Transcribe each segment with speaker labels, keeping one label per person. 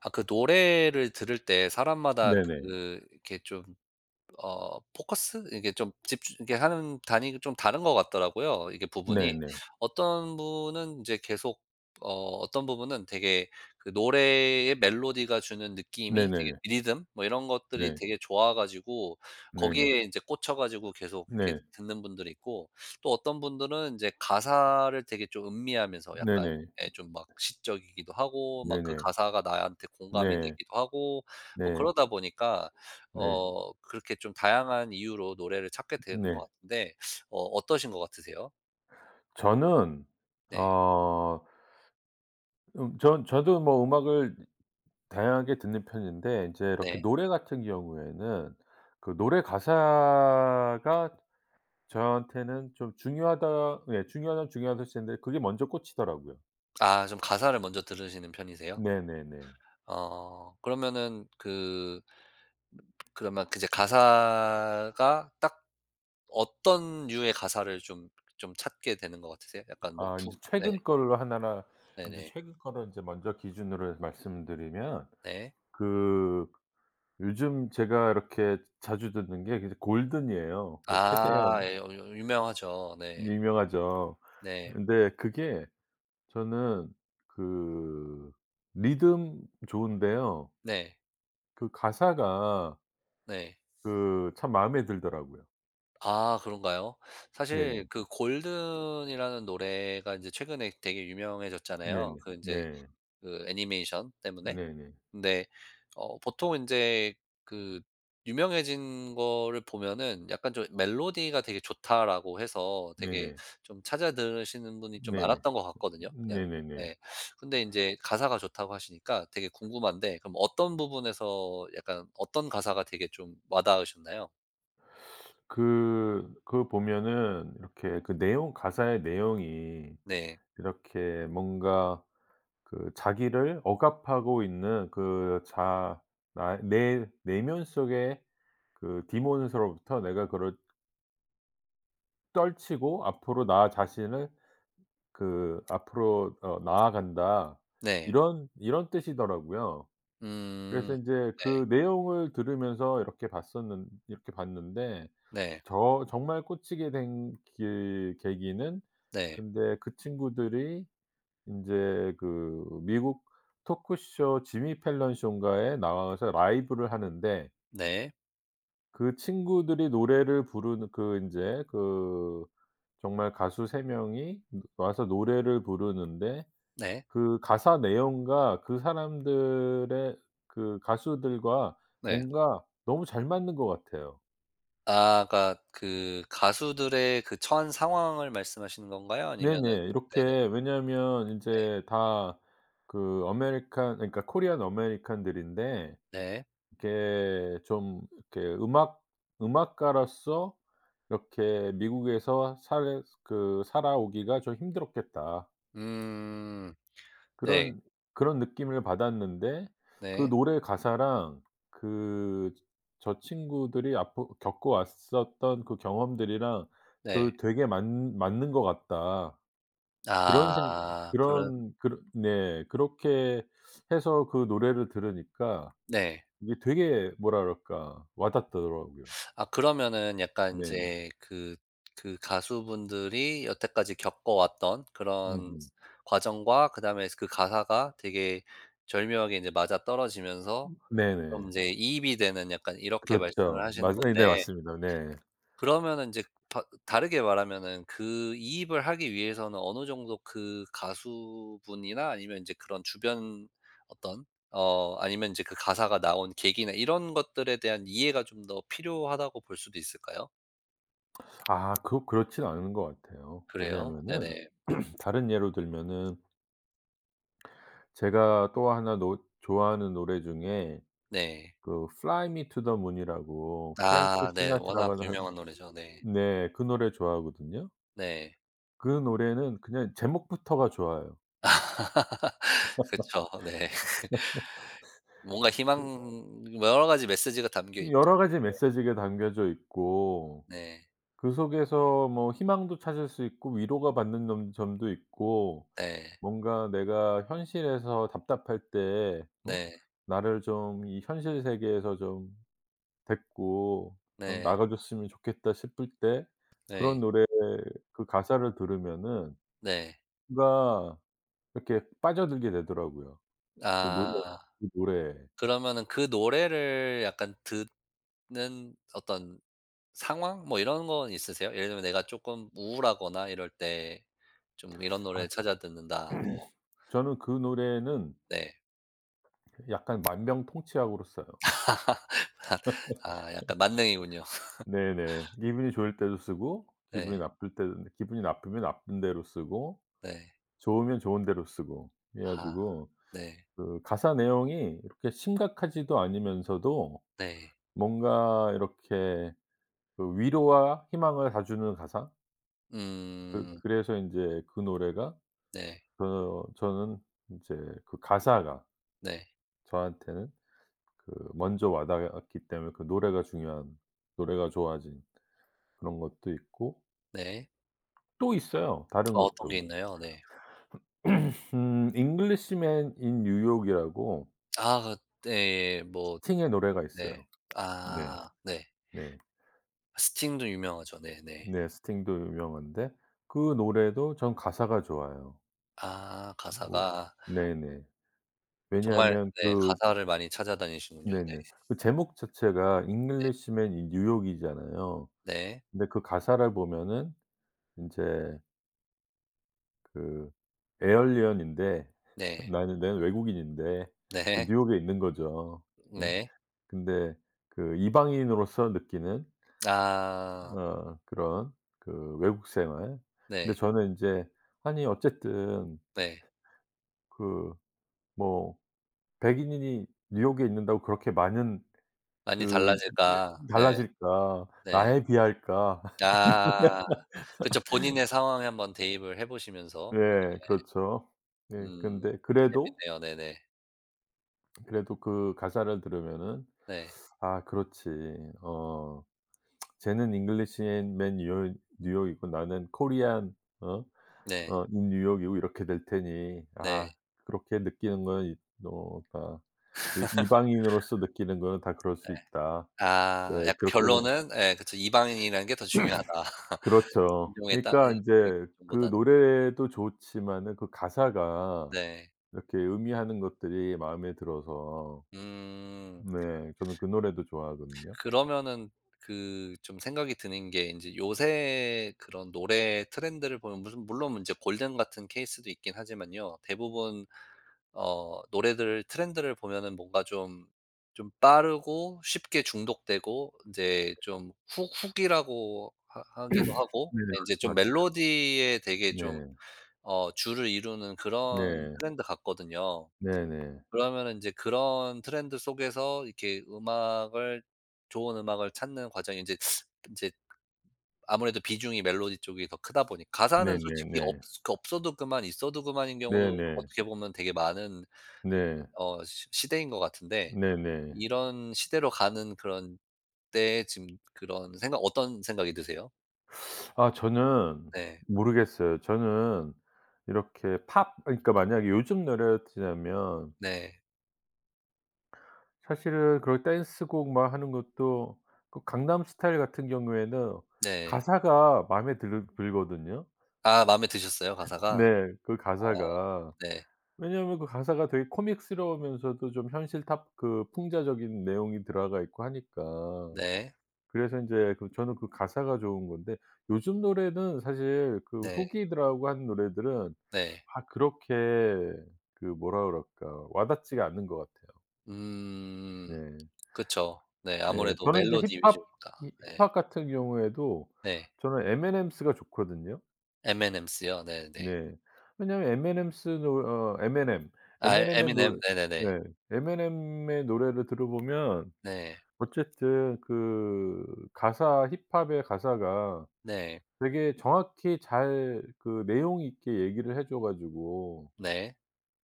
Speaker 1: 아 그 노래를 들을 때 사람마다
Speaker 2: 네네.
Speaker 1: 그 이렇게 좀 포커스 이게 좀 집중 이게 하는 단위가 좀 다른 것 같더라고요, 이게 부분이.
Speaker 2: 네네.
Speaker 1: 어떤 분은 인제 계속 어. 어떤 부분은 되게 그 노래의 멜로디가 주는 느낌이 되게
Speaker 2: 네네네.
Speaker 1: 리듬 뭐 이런 것들이
Speaker 2: 네.
Speaker 1: 되게 좋아 가지고
Speaker 2: 네네.
Speaker 1: 거기에 인제 꽂혀 가지고 계속 이렇게
Speaker 2: 네.
Speaker 1: 듣는 분들이 있고 또 어떤 분들은 인제 가사를 되게 좀 음미하면서 약간
Speaker 2: 네네.
Speaker 1: 예 좀 막 시적이기도 하고 막 그
Speaker 2: 네네.
Speaker 1: 가사가 나한테 공감이
Speaker 2: 네.
Speaker 1: 되기도 하고 뭐
Speaker 2: 네.
Speaker 1: 그러다 보니까
Speaker 2: 네.
Speaker 1: 그렇게 좀 다양한 이유로 노래를 찾게 되는 것
Speaker 2: 네.
Speaker 1: 같은데 어떠신 것 같으세요?
Speaker 2: 저는
Speaker 1: 네.
Speaker 2: 어 전 저도 뭐 음악을 다양하게 듣는 편인데 인제 이렇게
Speaker 1: 네.
Speaker 2: 노래 같은 경우에는 그 노래 가사가 저한테는 좀 중요하다, 예 중요하다면 중요하다 치는데, 그게 먼저 꽂히더라고요.
Speaker 1: 아, 좀 가사를 먼저 들으시는 편이세요?
Speaker 2: 네네네.
Speaker 1: 그러면은 그, 그러면 그 이제 가사가 딱 어떤 류의 가사를 좀 찾게 되는 것 같으세요? 약간 뭐
Speaker 2: 아
Speaker 1: 부
Speaker 2: 인제
Speaker 1: 네.
Speaker 2: 최근 걸로 하나나 인제
Speaker 1: 네네.
Speaker 2: 최근 거를 인제 먼저 기준으로 말씀드리면,
Speaker 1: 네. 네.
Speaker 2: 그 요즘 제가 이렇게 자주 듣는 게 이제 골든이에요. 그
Speaker 1: 아
Speaker 2: 캐대언.
Speaker 1: 예. 어 유 유명하죠. 네.
Speaker 2: 유명하죠.
Speaker 1: 네.
Speaker 2: 근데 그게 저는 그 리듬 좋은데요.
Speaker 1: 네.
Speaker 2: 그 가사가
Speaker 1: 네.
Speaker 2: 그 참 마음에 들더라고요.
Speaker 1: 아 그런가요?
Speaker 2: 네.
Speaker 1: 사실 그 골든이라는 노래가 이제 최근에 되게 유명해졌잖아요,
Speaker 2: 네네.
Speaker 1: 그 이제
Speaker 2: 네.
Speaker 1: 그 애니메이션 때문에.
Speaker 2: 네네.
Speaker 1: 근데 보통 이제 그 유명해진 거를 보면은 약간 좀 '멜로디가 되게 좋다.'라고 해서 되게
Speaker 2: 네네.
Speaker 1: 좀 찾아 들으시는 분이 좀
Speaker 2: 네네.
Speaker 1: 많았던 것 같거든요, 그냥.
Speaker 2: 네네네.
Speaker 1: 네. 근데 이제 가사가 좋다고 하시니까 되게 궁금한데 그럼 어떤 부분에서 약간 어떤 가사가 되게 좀 와 닿으셨나요?
Speaker 2: 그 그 보면은 이렇게 그 내용 가사의 내용이
Speaker 1: 네.
Speaker 2: 이렇게 뭔가 그 자기를 억압하고 있는 그 자 나 내 내면 속의 그 디몬으로부터 내가 그걸 떨치고 앞으로 나 자신을 그 앞으로 나아간다,
Speaker 1: 네.
Speaker 2: 이런 뜻이더라고요. 그래서
Speaker 1: 음.
Speaker 2: 인제
Speaker 1: 네.
Speaker 2: 그 내용을 들으면서 이렇게 봤었는 이렇게 봤는데,
Speaker 1: 네.
Speaker 2: 저 정말 꽂히게 된 게 계기는,
Speaker 1: 네.
Speaker 2: 근데 그 친구들이 인제 그 미국 토크쇼 지미 펠런 쇼인가에 나와서 라이브를 하는데,
Speaker 1: 네.
Speaker 2: 그 친구들이 노래를 부르는 그 인제 그 정말 가수 3 명이 와서 노래를 부르는데
Speaker 1: 네.
Speaker 2: 그 가사 내용과 그 사람들의 그 가수들과
Speaker 1: 네.
Speaker 2: 뭔가 너무 잘 맞는 것 같아요.
Speaker 1: 아 그러니까 그 가수들의 그 처한 상황을 말씀하시는 건가요? 아니면은
Speaker 2: 네네.
Speaker 1: 네네.
Speaker 2: 이렇게 왜냐하면
Speaker 1: 네.
Speaker 2: 인제 다 그 아메리칸 그러니까 코리안 아메리칸들인데
Speaker 1: 네.
Speaker 2: 이렇게 좀 이렇게 음악 음악가로서 이렇게 '미국에서 살 그 살아오기가 좀 힘들었겠다.'
Speaker 1: 음. 네.
Speaker 2: 그런 그런 느낌을 받았는데, 그
Speaker 1: 네.
Speaker 2: 노래 가사랑 그 저 친구들이 앞으 겪어왔었던 그 경험들이랑
Speaker 1: 네.
Speaker 2: 그 되게 맞 '맞는 것 같다.' 그런 생
Speaker 1: 아 그런
Speaker 2: 그런 그런, 네 그렇게 해서 그 노래를 들으니까
Speaker 1: 네.
Speaker 2: 이게 되게 뭐라 그럴까 와 닿더라고요.
Speaker 1: 아 그러면은 약간
Speaker 2: 네네.
Speaker 1: 인제 그, 그 가수분들이 여태까지 겪어왔던 그런
Speaker 2: 음음.
Speaker 1: 과정과 그다음에 그 가사가 되게 절묘하게 인제 맞아떨어지면서 좀 이
Speaker 2: 네네.
Speaker 1: 제 이입이 되는 약간 이렇게 말씀을
Speaker 2: 그렇죠.
Speaker 1: 하시는
Speaker 2: 맞아네
Speaker 1: 건데
Speaker 2: 맞습니다. 네.
Speaker 1: 그러면은 이제 바 다르게 말하면은 그 이입을 하기 위해서는 어느 정도 그 가수분이나 아니면 인제 그런 주변 어떤 아니면 인제 그 가사가 나온 계기나 이런 것들에 대한 이해가 좀 더 필요하다고 볼 수도 있을까요?
Speaker 2: 아 그 그렇진 않은 것 같아요.
Speaker 1: 그래요?
Speaker 2: 왜냐하면은
Speaker 1: 네네.
Speaker 2: 다른 예로 들면은 제가 또 하나 노 좋아하는 노래 중에
Speaker 1: 네.
Speaker 2: 그 Fly Me to the Moon이라고, 프랭크
Speaker 1: 아 네. 워낙
Speaker 2: 시나트라가 한.
Speaker 1: 유명한 노래죠. 네.
Speaker 2: 네 그 노래 좋아하거든요.
Speaker 1: 네.
Speaker 2: 그 노래는 그냥 제목부터가 좋아요.
Speaker 1: 그쵸. 네. 뭔가 희망 여러 가지 메시지가 담겨 있죠.
Speaker 2: 여러 가지 메시지가 담겨져 있고,
Speaker 1: 네.
Speaker 2: 그 속에서 뭐 희망도 찾을 수 있고 위로가 받는 점 점도 있고
Speaker 1: 네.
Speaker 2: 뭔가 내가 현실에서 답답할 때, 응?
Speaker 1: 네.
Speaker 2: 나를 좀 이 현실 세계에서 좀 데리고
Speaker 1: 네.
Speaker 2: 나가 줬으면 좋겠다 싶을 때 그런
Speaker 1: 네.
Speaker 2: 노래, 그 가사를 들으면은
Speaker 1: 네.
Speaker 2: 뭔가 이렇게 빠져들게 되더라고요. 그 노래,
Speaker 1: 아
Speaker 2: 그 노래에.
Speaker 1: 그러면은 그 노래를 약간 듣는 어떤 상황 뭐 이런 건 있으세요? 예를 들면 내가 쪼끔 우울하거나 이럴 때 좀 이런
Speaker 2: 아
Speaker 1: 노래를 찾아 듣는다 뭐
Speaker 2: 저는 그 노래는
Speaker 1: 네.
Speaker 2: 약간 만병통치약으로 써요.
Speaker 1: 아 약간 만능이군요.
Speaker 2: 네네. 기분이 좋을 때도 쓰고 기분이
Speaker 1: 네.
Speaker 2: 나쁠 때도, 기분이 나쁘면 나쁜 대로 쓰고
Speaker 1: 네.
Speaker 2: 좋으면 좋은 대로 쓰고. 그래
Speaker 1: 아
Speaker 2: 가지고
Speaker 1: 네.
Speaker 2: 그 가사 내용이 이렇게 심각하지도 않으면서도
Speaker 1: 네.
Speaker 2: 뭔가 이렇게 그 위로와 희망을 다 주는 가사? 그
Speaker 1: 음
Speaker 2: 그래서 인제 그 노래가,
Speaker 1: 네.
Speaker 2: 저 저는 인제 그 가사가
Speaker 1: 네.
Speaker 2: 저한테는 그 먼저 와 닿았기 때문에 그 노래가 중요한, 노래가 좋아진 그런 것도 있고.
Speaker 1: 네.
Speaker 2: 또 있어요, 다른
Speaker 1: 어떤
Speaker 2: 것도.
Speaker 1: 게 있나요? 네.
Speaker 2: Englishman in New York이라고
Speaker 1: 아 그 예예. 뭐
Speaker 2: 스팅의 노래가
Speaker 1: 네.
Speaker 2: 있어요. 네.
Speaker 1: 아 네.
Speaker 2: 네.
Speaker 1: 스팅도 유명하죠. 네네.
Speaker 2: 네. 스팅도 유명한데 그 노래도 전 가사가 좋아요.
Speaker 1: 아
Speaker 2: 뭐
Speaker 1: 가사가.
Speaker 2: 네네.
Speaker 1: 정말
Speaker 2: 왜냐하면
Speaker 1: 네
Speaker 2: 그
Speaker 1: 가사를 많이 찾아다니시군요. 네.
Speaker 2: 네네. 그 제목 자체가 잉글리시맨 인 뉴욕이잖아요.
Speaker 1: 네.
Speaker 2: 근데 그 가사를 보면은 인제 그 에얼리언인데
Speaker 1: 네.
Speaker 2: 나는 외국인인데
Speaker 1: 네.
Speaker 2: 뉴욕에 있는 거죠. 예.
Speaker 1: 네.
Speaker 2: 근데 그 이방인으로서 느끼는
Speaker 1: 아
Speaker 2: 그런 그 외국 생활. 근데
Speaker 1: 네.
Speaker 2: 저는 인제 아니 어쨌든
Speaker 1: 네.
Speaker 2: 그 뭐 백인인이 뉴욕에 있는다고 그렇게 많은
Speaker 1: '많이
Speaker 2: 그 이게
Speaker 1: 달라질까.' 네.
Speaker 2: 달라질까?
Speaker 1: 네.
Speaker 2: 나에 비할까? 이런,
Speaker 1: 아 그쵸. 본인의 상황에 한번 대입을 해 보시면서
Speaker 2: 네 그렇죠. 예
Speaker 1: 음
Speaker 2: 근데 그래도,
Speaker 1: 재밌네요. 네네.
Speaker 2: 그래도 그 가사를 들으면은
Speaker 1: 네.
Speaker 2: '아 그렇지. 어 쟤는 English n 뉴욕 뉴욕이고 나는 Korean 어
Speaker 1: 네.
Speaker 2: i 뉴욕이고 이렇게 될 테니.
Speaker 1: 네.
Speaker 2: 아 그렇게 느끼는 건 이 어다 그 이방인으로서 느끼는 거는 다 그럴 수 있다.' 네
Speaker 1: 아 약간
Speaker 2: 그렇게,
Speaker 1: 결론은 예 그쵸. '이방인이라는 게 더 중요하다.'
Speaker 2: 그렇죠.
Speaker 1: 인종에 따
Speaker 2: 그러니까
Speaker 1: 예
Speaker 2: 인제 그
Speaker 1: 인종보다는.
Speaker 2: 노래도 좋지만은 그 가사가
Speaker 1: 네.
Speaker 2: 이렇게 의미하는 것들이 마음에 들어서,
Speaker 1: 음.
Speaker 2: 네 저는 그 노래도 좋아하거든요.
Speaker 1: 그러면은 그 좀 생각이 드는 게 이제 요새 그런 노래 트렌드를 보면 무슨 물론 이제 골든 같은 케이스도 있긴 하지만요. 대부분 노래들 트렌드를 보면은 뭔가 좀 빠르고 쉽게 중독되고 이제 좀 훅 훅이라고 하 하기도 하고
Speaker 2: 네.
Speaker 1: 이제 좀
Speaker 2: 맞아요.
Speaker 1: 멜로디에 되게 좀
Speaker 2: 네.
Speaker 1: 주를 이루는 그런
Speaker 2: 네.
Speaker 1: 트렌드 같거든요.
Speaker 2: 네네.
Speaker 1: 그러면은 이제 그런 트렌드 속에서 이렇게 음악을 좋은 음악을 찾는 과정이 인제 인제 아무래도 비중이 멜로디 쪽이 더 크다 보니 가사는 솔직히 없
Speaker 2: 네네네.
Speaker 1: 그 없어도 그만 있어도 그만인 경우도
Speaker 2: 네네.
Speaker 1: 어떻게 보면 되게 많은
Speaker 2: 네.
Speaker 1: 어 시 시대인 것 같은데
Speaker 2: 네네.
Speaker 1: 이런 시대로 가는 그런 때에 지금 그런 생각 어떤 생각이 드세요?
Speaker 2: 아 저는
Speaker 1: 네.
Speaker 2: 모르겠어요. 저는 이렇게 팝, 그러니까 만약에 요즘 노래였으면
Speaker 1: 네.
Speaker 2: 사실은 그런 댄스곡 막 하는 것도. 그 강남 스타일 같은 경우에는
Speaker 1: 네.
Speaker 2: 가사가 마음에 들 들거든요.
Speaker 1: 아 마음에 드셨어요 가사가?
Speaker 2: 네. 그
Speaker 1: 아
Speaker 2: 가사가.
Speaker 1: 네.
Speaker 2: 왜냐하면 그 가사가 되게 코믹스러우면서도 좀 현실 탑 그 풍자적인 내용이 들어가 있고 하니까.
Speaker 1: 네.
Speaker 2: 그래서 인제 그 저는 그 가사가 좋은 건데 요즘 노래는 사실 그
Speaker 1: 네.
Speaker 2: 후기들하고 한 노래들은
Speaker 1: 네.
Speaker 2: 아 그렇게 그 뭐라 그럴까 와닿지가 않는 것 같아요.
Speaker 1: 음.
Speaker 2: 네.
Speaker 1: 그쵸. 네. 네.
Speaker 2: 네.
Speaker 1: 아무래도
Speaker 2: 저는 이제
Speaker 1: 멜로디
Speaker 2: 힙합,
Speaker 1: 위주니까.
Speaker 2: 히
Speaker 1: 네.
Speaker 2: 힙합 같은 경우에도
Speaker 1: 네.
Speaker 2: 저는 m m s 가 좋거든요.
Speaker 1: M&M's요. 네네.
Speaker 2: 네. 왜냐하면 m m 넴노어에 M
Speaker 1: 아
Speaker 2: M 에
Speaker 1: m
Speaker 2: 의
Speaker 1: m
Speaker 2: 노래.
Speaker 1: 네네네.
Speaker 2: 네. M 미의 노래를 들어보면
Speaker 1: 네.
Speaker 2: 어쨌든 그 가사 힙합의 가사가
Speaker 1: 네.
Speaker 2: 되게 정확히 잘 그 내용 있게 얘기를 해줘 가지고
Speaker 1: 네.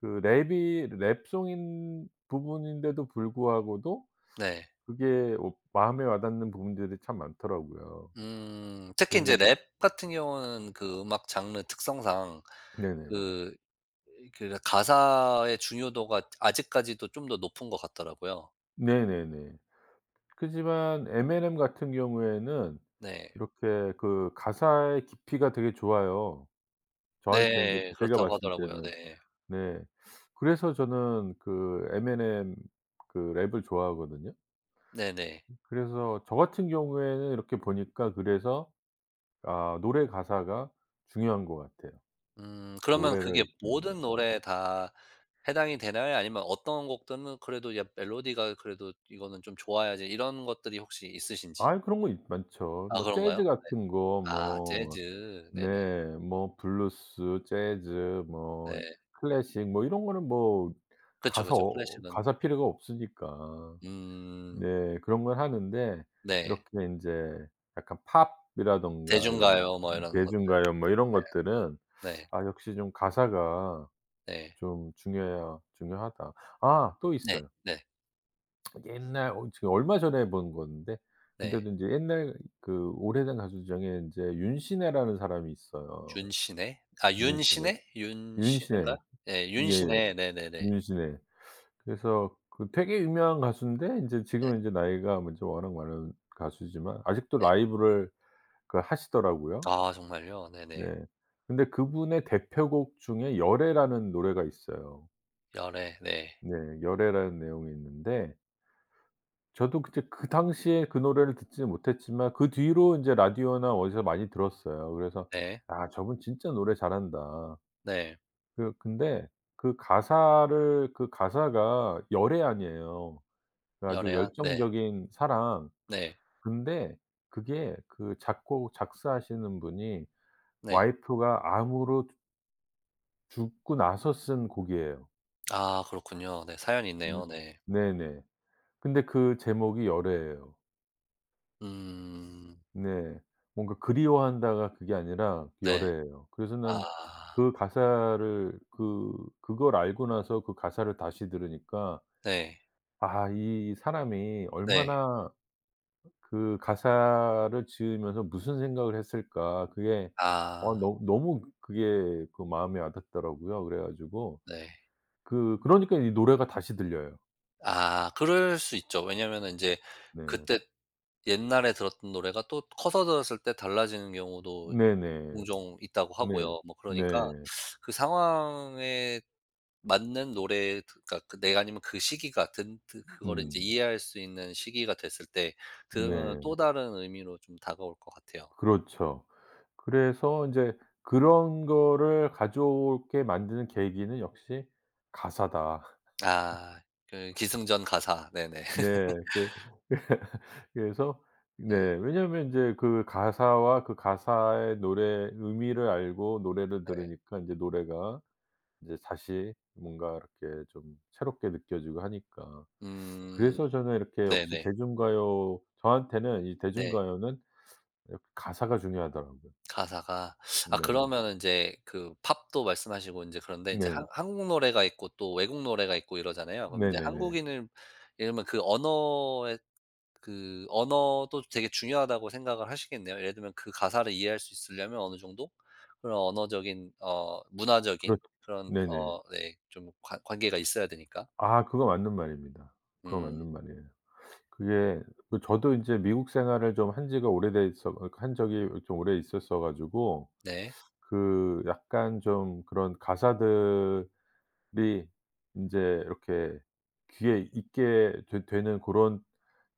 Speaker 2: 그 랩이 랩송인 부분인데도 불구하고도
Speaker 1: 네.
Speaker 2: 그게 마음에 와 닿는 부분들이 참 많더라고요.
Speaker 1: 특히
Speaker 2: 그래서
Speaker 1: 인제
Speaker 2: 이제.
Speaker 1: 랩 같은 경우는 그 음악 장르 특성상
Speaker 2: 네네.
Speaker 1: 그, 그 가사의 중요도가 아직까지도 좀 더 높은 것 같더라고요.
Speaker 2: 네네네. 하지만 M&M 같은 경우에는
Speaker 1: 네.
Speaker 2: 이렇게 그 가사의 깊이가 되게 좋아요. 저한테는,
Speaker 1: 네.
Speaker 2: 제가
Speaker 1: 그렇다고
Speaker 2: 봤을
Speaker 1: 하더라고요.
Speaker 2: 때는.
Speaker 1: 네.
Speaker 2: 네. 그래서 저는 그 M&M 그 랩을 좋아하거든요.
Speaker 1: 네네.
Speaker 2: 그래서 저 같은 경우에는 이렇게 보니까 그래서, 아 노래 가사가 중요한 것 같아요.
Speaker 1: 그러면 그게
Speaker 2: 노래를 듣는데.
Speaker 1: 모든 노래에 다 해당이 되나요? 아니면 어떤 곡들은 그래도 야 멜로디가 그래도 이거는 좀 좋아야지 이런 것들이 혹시 있으신지?
Speaker 2: 아이 그런 거 있 많죠.
Speaker 1: 아
Speaker 2: 뭐
Speaker 1: 그런가요?
Speaker 2: 재즈 같은 거
Speaker 1: 아
Speaker 2: 뭐
Speaker 1: 재즈. 네네.
Speaker 2: 네. 뭐 블루스, 재즈 뭐
Speaker 1: 네.
Speaker 2: 클래식 뭐 이런 거는 뭐
Speaker 1: 그쵸, 그쵸.
Speaker 2: 가서
Speaker 1: 클래식은
Speaker 2: 가사 필요가 없으니까.
Speaker 1: 음
Speaker 2: 네. 그런 걸 하는데
Speaker 1: 네.
Speaker 2: 이렇게 인제 약간 팝이라든가 이런
Speaker 1: 대중가요 뭐 이런 것들.
Speaker 2: 대중가요 뭐 이런 것들은
Speaker 1: 네.
Speaker 2: 아 역시 좀 가사가
Speaker 1: 네.
Speaker 2: 좀 중요해 중요하다. 아 또
Speaker 1: 네.
Speaker 2: 있어요.
Speaker 1: 네.
Speaker 2: 옛날, 지금 얼마 전에 본 건데
Speaker 1: 네.
Speaker 2: 근데도 인제 옛날 그 오래된 가수 중에 인제 윤신혜라는 사람이 있어요.
Speaker 1: 윤신혜? 아
Speaker 2: 윤신혜.
Speaker 1: 윤신혜? 윤신혜인가요?
Speaker 2: 윤신혜.
Speaker 1: 예.
Speaker 2: 예예.
Speaker 1: 윤신혜. 네네네. 네.
Speaker 2: 윤신혜. 그래서 그 되게 유명한 가수인데 인제 지금은 인제 나이가 먼저 워낙 많은 가수지만 아직도 라이브를 그 하시더라고요.
Speaker 1: 아 정말요? 네네.
Speaker 2: 네. 근데 그분의 대표곡 중에 열애라는 노래가 있어요.
Speaker 1: 열애. 네.
Speaker 2: 네. 열애라는 내용이 있는데 저도 그때 그 당시에 그 노래를 듣지는 못했지만 그 뒤로 인제 라디오나 어디서 많이 들었어요. 그래서
Speaker 1: 네.
Speaker 2: '아 저분 진짜 노래 잘한다.'
Speaker 1: 네.
Speaker 2: 그 근데 그 가사를 그 가사가 열애안이에요. 그 아주
Speaker 1: 열애한. 네.
Speaker 2: 열정적인 사랑.
Speaker 1: 네.
Speaker 2: 근데 그게 그 작곡 작사하시는 분이
Speaker 1: 네.
Speaker 2: 와이프가 암으로 죽고 나서 쓴 곡이에요.
Speaker 1: 아 그렇군요. 네. 사연이
Speaker 2: 네.
Speaker 1: 있네요. 네.
Speaker 2: 네네. 근데 그 제목이 열애예요.
Speaker 1: 음.
Speaker 2: 네. 뭔가 그리워한다가 그게 아니라
Speaker 1: 네.
Speaker 2: 열애예요. 그래서
Speaker 1: 아.
Speaker 2: 난 그 가사를 그 그걸 알고 나서 그 가사를 다시 들으니까,
Speaker 1: 네.
Speaker 2: 아 이 사람이
Speaker 1: 네.
Speaker 2: 얼마나 그 가사를 지으면서 무슨 생각을 했을까, 그게
Speaker 1: 아.
Speaker 2: 너 너무 그게 그 마음에 와닿더라고요. 그래 가지고
Speaker 1: 네.
Speaker 2: 그 그러니까 이 노래가 다시 들려요.
Speaker 1: 아 그럴 수 있죠. 왜냐면은 인제
Speaker 2: 네.
Speaker 1: 그때 옛날에 들었던 노래가 또 커서 들었을 때 달라지는 경우도
Speaker 2: 네네.
Speaker 1: 종종 있다고
Speaker 2: 네.
Speaker 1: 하고요. 뭐 그러니까
Speaker 2: 네.
Speaker 1: 그 상황에 맞는 노래 드 그러니까 그 내가 아니면 그 시기가 든 드 그거를 인제
Speaker 2: 음.
Speaker 1: 이해할 수 있는 시기가 됐을 때 들으면은
Speaker 2: 네.
Speaker 1: 또 다른 의미로 좀 다가올 것 같아요.
Speaker 2: 그렇죠. 그래서 인제 '그런 거를 가져오게 만드는 계기는 역시 가사다.'
Speaker 1: 아. 그 기승전 가사. 네네.
Speaker 2: 네. 그 그래서 네.
Speaker 1: 네
Speaker 2: 왜냐하면 인제 그 가사와 그 가사의 노래의 의미를 알고 노래를
Speaker 1: 네.
Speaker 2: 들으니까 인제 노래가 인제 다시 뭔가 이렇게 좀 새롭게 느껴지고 하니까.
Speaker 1: 음.
Speaker 2: 그래서 저는 이렇게 역시
Speaker 1: 네네.
Speaker 2: 대중가요, 저한테는 이
Speaker 1: 네.
Speaker 2: 대중가요는 이렇게 가사가 중요하더라고요.
Speaker 1: 가사가. 아 그러
Speaker 2: 네네.
Speaker 1: 면 이제 그 팝도 말씀하시고 이제 그런데 이제 한
Speaker 2: 네.
Speaker 1: 한국 노래가 있고 또 외국 노래가 있고 이러잖아요. 그럼 이제
Speaker 2: 네네네.
Speaker 1: 한국인은 예를 들면 그 언어의 그 언어도 되게 중요하다고 생각을 하시겠네요. 예를 들면 그 가사를 이해할 수 있으려면 어느 정도 그런 언어적인
Speaker 2: 그렇
Speaker 1: 문화적인 그런
Speaker 2: 네네.
Speaker 1: 어네좀 관 관계가 있어야 되니까.
Speaker 2: 아 그거 맞는 말입니다. 그거
Speaker 1: 음
Speaker 2: 맞는 말이에요. 그게, 그 저도 인제 미국 생활을 좀 한 지가 오래돼 서 한 적이 좀 오래 있었어 가지고
Speaker 1: 네.
Speaker 2: 그 약간 좀 그런 가사들이 인제 이렇게 귀에 익게 되 되는 고런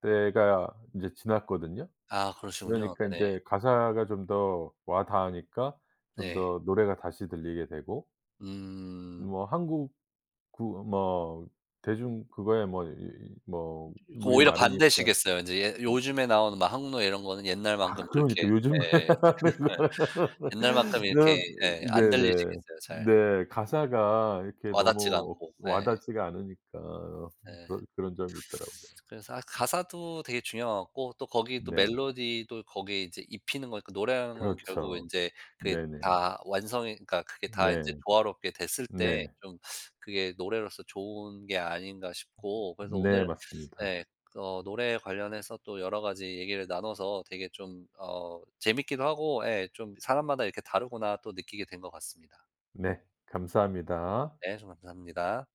Speaker 2: 때가 인제 지났거든요.
Speaker 1: 아 그러시군요.
Speaker 2: 그러니까
Speaker 1: 네네.
Speaker 2: 인제 가사가 좀 더 와 닿으니까 좀
Speaker 1: 네.
Speaker 2: 더 노래가 다시 들리게 되고
Speaker 1: 음. 음
Speaker 2: 뭐 한국 구 뭐 대중 그거야 뭐 이 이
Speaker 1: 그
Speaker 2: 뭐
Speaker 1: 오히려
Speaker 2: 우리말이니까.
Speaker 1: 반대시겠어요. 인제 예 요즘에 나오는 막 항노 이런 거는
Speaker 2: 아
Speaker 1: 옛날만큼 그렇게
Speaker 2: 그러니까 요즘에
Speaker 1: 예. 예.
Speaker 2: 하는 거는
Speaker 1: 옛날만큼 이렇게
Speaker 2: 이런
Speaker 1: 예 안
Speaker 2: 네네.
Speaker 1: 들리시겠어요 잘.
Speaker 2: 네. 가사가 이렇게
Speaker 1: 와 닿지가
Speaker 2: 너무
Speaker 1: 않고. 예.
Speaker 2: 와닿지가 않으니까
Speaker 1: 예.
Speaker 2: 그런 점이 있더라고요.
Speaker 1: 그래서 아 가사도 되게 중요하고 또 거기 또
Speaker 2: 네.
Speaker 1: 멜로디도 거기에 이제 입히는 거니까 노래하는 거는 결국
Speaker 2: 그렇죠.
Speaker 1: 이제 그게
Speaker 2: 네네.
Speaker 1: 다 완성이 그러니까 그게 다 이제
Speaker 2: 네.
Speaker 1: 조화롭게 됐을 때
Speaker 2: 네.
Speaker 1: 좀 그게 노래로서 좋은 게 아닌가 싶고 그래서
Speaker 2: 네
Speaker 1: 오늘
Speaker 2: 맞습니다.
Speaker 1: 예 노래 관련해서 또 여러 가지 얘기를 나눠서 되게 좀 재밌기도 하고 예 좀 사람마다 이렇게 다르구나 또 느끼게 된 것 같습니다.
Speaker 2: 네. 감사합니다.
Speaker 1: 네. 좀 감사합니다.